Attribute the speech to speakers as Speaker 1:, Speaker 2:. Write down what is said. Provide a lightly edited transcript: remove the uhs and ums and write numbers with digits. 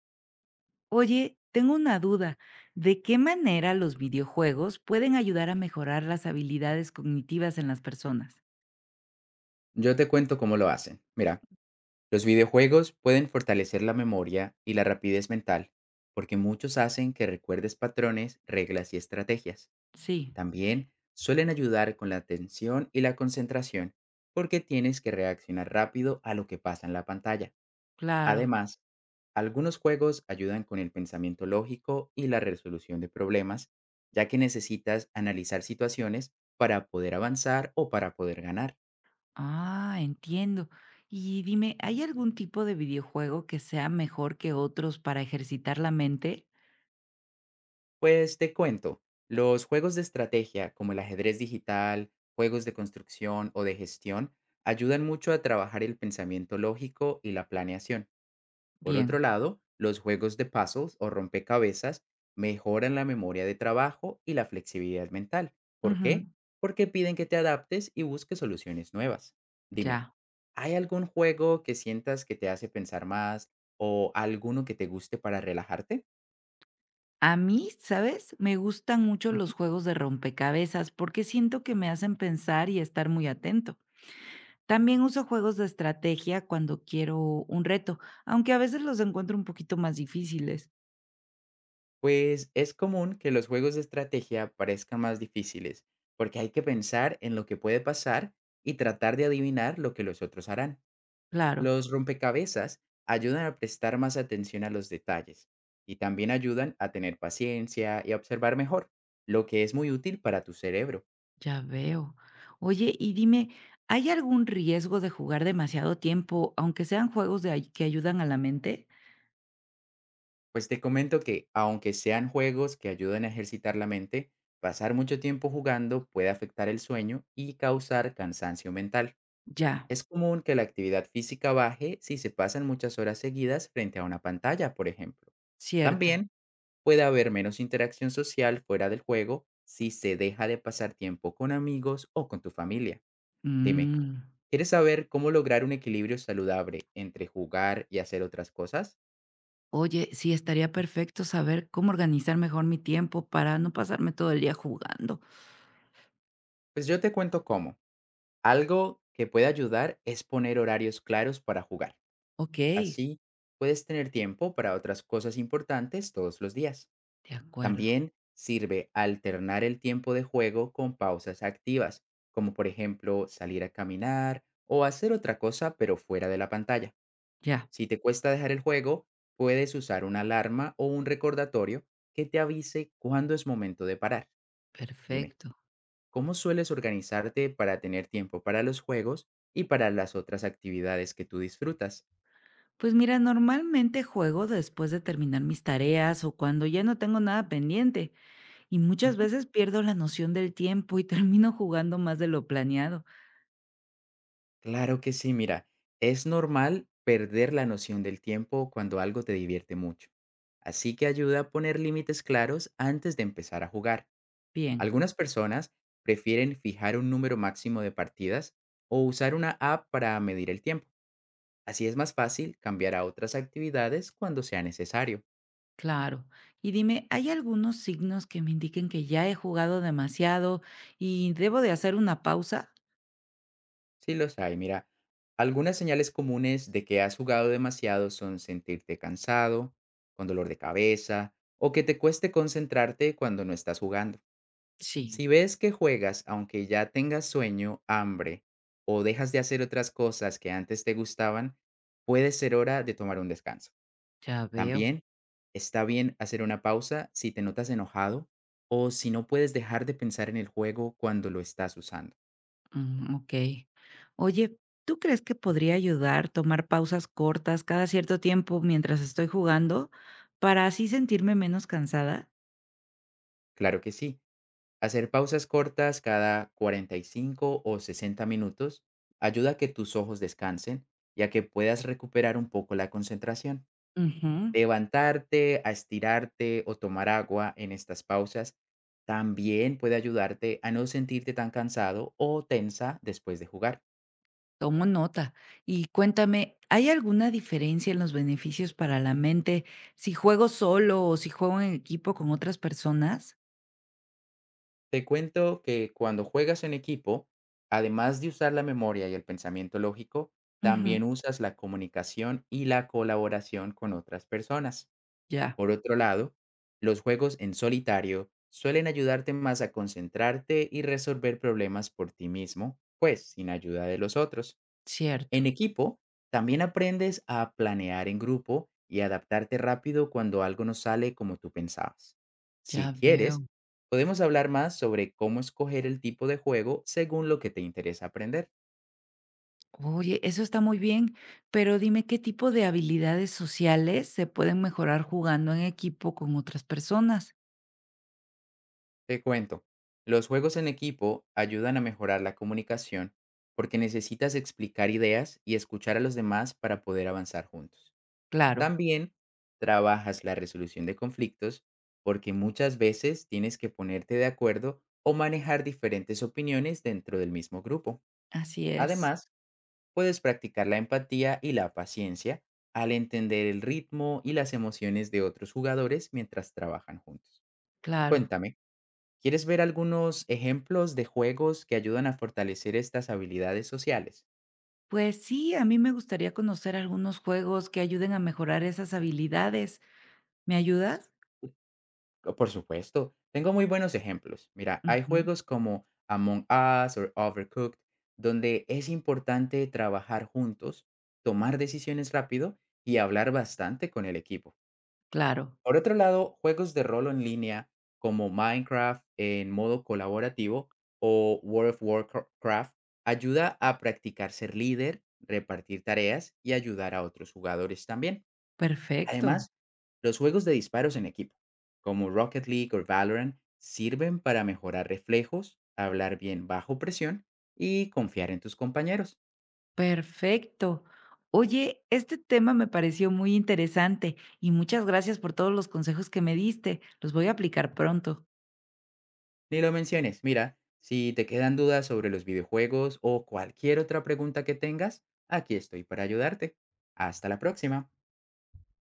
Speaker 1: Oye, tengo una duda. ¿De qué manera los videojuegos pueden ayudar a mejorar las habilidades cognitivas en las personas?
Speaker 2: Yo te cuento cómo lo hacen. Mira, los videojuegos pueden fortalecer la memoria y la rapidez mental, porque muchos hacen que recuerdes patrones, reglas y estrategias.
Speaker 1: Sí,
Speaker 2: También suelen ayudar con la atención y la concentración, porque tienes que reaccionar rápido a lo que pasa en la pantalla.
Speaker 1: claro.
Speaker 2: Además, algunos juegos ayudan con el pensamiento lógico y la resolución de problemas, ya que necesitas analizar situaciones para poder avanzar o para poder ganar.
Speaker 1: Ah, entiendo. Y dime, ¿hay algún tipo de videojuego que sea mejor que otros para ejercitar la mente?
Speaker 2: Pues te cuento, los juegos de estrategia como el ajedrez digital, juegos de construcción o de gestión ayudan mucho a trabajar el pensamiento lógico y la planeación. Por otro
Speaker 1: Bien.
Speaker 2: lado, los juegos de puzzles o rompecabezas mejoran la memoria de trabajo y la flexibilidad mental. ¿Por qué?
Speaker 1: Ujú.
Speaker 2: Porque piden que te adaptes y busques soluciones nuevas. Dime,
Speaker 1: Ya.
Speaker 2: ¿hay algún juego que sientas que te hace pensar más o alguno que te guste para relajarte?
Speaker 1: A mí, ¿sabes? Me gustan mucho
Speaker 2: Ujú.
Speaker 1: los juegos de rompecabezas porque siento que me hacen pensar y estar muy atento. También uso juegos de estrategia cuando quiero un reto, aunque a veces los encuentro un poquito más difíciles.
Speaker 2: Pues es común que los juegos de estrategia parezcan más difíciles, porque hay que pensar en lo que puede pasar y tratar de adivinar lo que los otros harán.
Speaker 1: Claro,
Speaker 2: Los rompecabezas ayudan a prestar más atención a los detalles y también ayudan a tener paciencia y a observar mejor, lo que es muy útil para tu cerebro.
Speaker 1: ya veo. Oye, y dime, ¿hay algún riesgo de jugar demasiado tiempo, aunque sean juegos de que ayudan a la mente?
Speaker 2: Pues te comento que, aunque sean juegos que ayudan a ejercitar la mente, pasar mucho tiempo jugando puede afectar el sueño y causar cansancio mental.
Speaker 1: Ya,
Speaker 2: Es común que la actividad física baje si se pasan muchas horas seguidas frente a una pantalla, por ejemplo.
Speaker 1: cierto.
Speaker 2: También puede haber menos interacción social fuera del juego si se deja de pasar tiempo con amigos o con tu familia. Dime,
Speaker 1: Mm.
Speaker 2: ¿quieres saber cómo lograr un equilibrio saludable entre jugar y hacer otras cosas?
Speaker 1: Oye, sí, estaría perfecto saber cómo organizar mejor mi tiempo para no pasarme todo el día jugando.
Speaker 2: Pues yo te cuento cómo. Algo que puede ayudar es poner horarios claros para jugar.
Speaker 1: Ok,
Speaker 2: Así puedes tener tiempo para otras cosas importantes todos los días.
Speaker 1: de acuerdo.
Speaker 2: También sirve alternar el tiempo de juego con pausas activas, como por ejemplo salir a caminar o hacer otra cosa pero fuera de la pantalla.
Speaker 1: Ya,
Speaker 2: Si te cuesta dejar el juego, puedes usar una alarma o un recordatorio que te avise cuándo es momento de parar. Dime,
Speaker 1: perfecto.
Speaker 2: ¿cómo sueles organizarte para tener tiempo para los juegos y para las otras actividades que tú disfrutas?
Speaker 1: Pues mira, normalmente juego después de terminar mis tareas o cuando ya no tengo nada pendiente, y muchas veces pierdo la noción del tiempo y termino jugando más de lo planeado.
Speaker 2: Claro que sí, mira, es normal perder la noción del tiempo cuando algo te divierte mucho. Así que ayuda a poner límites claros antes de empezar a jugar.
Speaker 1: Bien,
Speaker 2: Algunas personas prefieren fijar un número máximo de partidas o usar una app para medir el tiempo. Así es más fácil cambiar a otras actividades cuando sea necesario.
Speaker 1: claro. Y dime, ¿hay algunos signos que me indiquen que ya he jugado demasiado y debo de hacer una pausa?
Speaker 2: Sí, los hay. Mira, algunas señales comunes de que has jugado demasiado son sentirte cansado, con dolor de cabeza o que te cueste concentrarte cuando no estás jugando.
Speaker 1: Sí,
Speaker 2: Si ves que juegas aunque ya tengas sueño, hambre o dejas de hacer otras cosas que antes te gustaban, puede ser hora de tomar un descanso.
Speaker 1: ya veo.
Speaker 2: También está bien hacer una pausa si te notas enojado o si no puedes dejar de pensar en el juego cuando lo estás usando.
Speaker 1: Mm, ok. Oye, ¿tú crees que podría ayudar tomar pausas cortas cada cierto tiempo mientras estoy jugando para así sentirme menos cansada?
Speaker 2: Claro que sí. Hacer pausas cortas cada 45 o 60 minutos ayuda a que tus ojos descansen y a que puedas recuperar un poco la concentración.
Speaker 1: Ujú,
Speaker 2: Levantarte, a estirarte o tomar agua en estas pausas también puede ayudarte a no sentirte tan cansado o tensa después de jugar.
Speaker 1: tomo nota. Y cuéntame, ¿hay alguna diferencia en los beneficios para la mente si juego solo o si juego en equipo con otras personas?
Speaker 2: Te cuento que cuando juegas en equipo, además de usar la memoria y el pensamiento lógico,
Speaker 1: Ujú,
Speaker 2: también usas la comunicación y la colaboración con otras personas.
Speaker 1: ya,
Speaker 2: Por otro lado, los juegos en solitario suelen ayudarte más a concentrarte y resolver problemas por ti mismo, pues sin ayuda de los otros. En
Speaker 1: cierto,
Speaker 2: equipo, también aprendes a planear en grupo y adaptarte rápido cuando algo no sale como tú pensabas. Si
Speaker 1: ya
Speaker 2: quieres,
Speaker 1: veo.
Speaker 2: podemos hablar más sobre cómo escoger el tipo de juego según lo que te interesa aprender.
Speaker 1: Oye, eso está muy bien, pero dime qué tipo de habilidades sociales se pueden mejorar jugando en equipo con otras personas.
Speaker 2: Te cuento, los juegos en equipo ayudan a mejorar la comunicación porque necesitas explicar ideas y escuchar a los demás para poder avanzar juntos.
Speaker 1: Claro,
Speaker 2: También trabajas la resolución de conflictos porque muchas veces tienes que ponerte de acuerdo o manejar diferentes opiniones dentro del mismo grupo.
Speaker 1: así es,
Speaker 2: Además, puedes practicar la empatía y la paciencia al entender el ritmo y las emociones de otros jugadores mientras trabajan juntos.
Speaker 1: claro.
Speaker 2: Cuéntame. ¿Quieres ver algunos ejemplos de juegos que ayudan a fortalecer estas habilidades sociales?
Speaker 1: Pues sí, a mí me gustaría conocer algunos juegos que ayuden a mejorar esas habilidades. ¿Me ayudas?
Speaker 2: Oh, por supuesto, tengo muy buenos ejemplos. Mira, hay
Speaker 1: Ujú,
Speaker 2: juegos como Among Us o Overcooked, donde es importante trabajar juntos, tomar decisiones rápido y hablar bastante con el equipo.
Speaker 1: claro,
Speaker 2: Por otro lado, juegos de rol en línea como Minecraft en modo colaborativo o World of Warcraft ayuda a practicar ser líder, repartir tareas y ayudar a otros jugadores también.
Speaker 1: perfecto,
Speaker 2: Además, los juegos de disparos en equipo, como Rocket League o Valorant, sirven para mejorar reflejos, hablar bien bajo presión y confiar en tus compañeros.
Speaker 1: perfecto. Oye, este tema me pareció muy interesante y muchas gracias por todos los consejos que me diste. Los voy a aplicar pronto.
Speaker 2: Ni lo menciones. Mira, si te quedan dudas sobre los videojuegos o cualquier otra pregunta que tengas, aquí estoy para ayudarte. Hasta la próxima.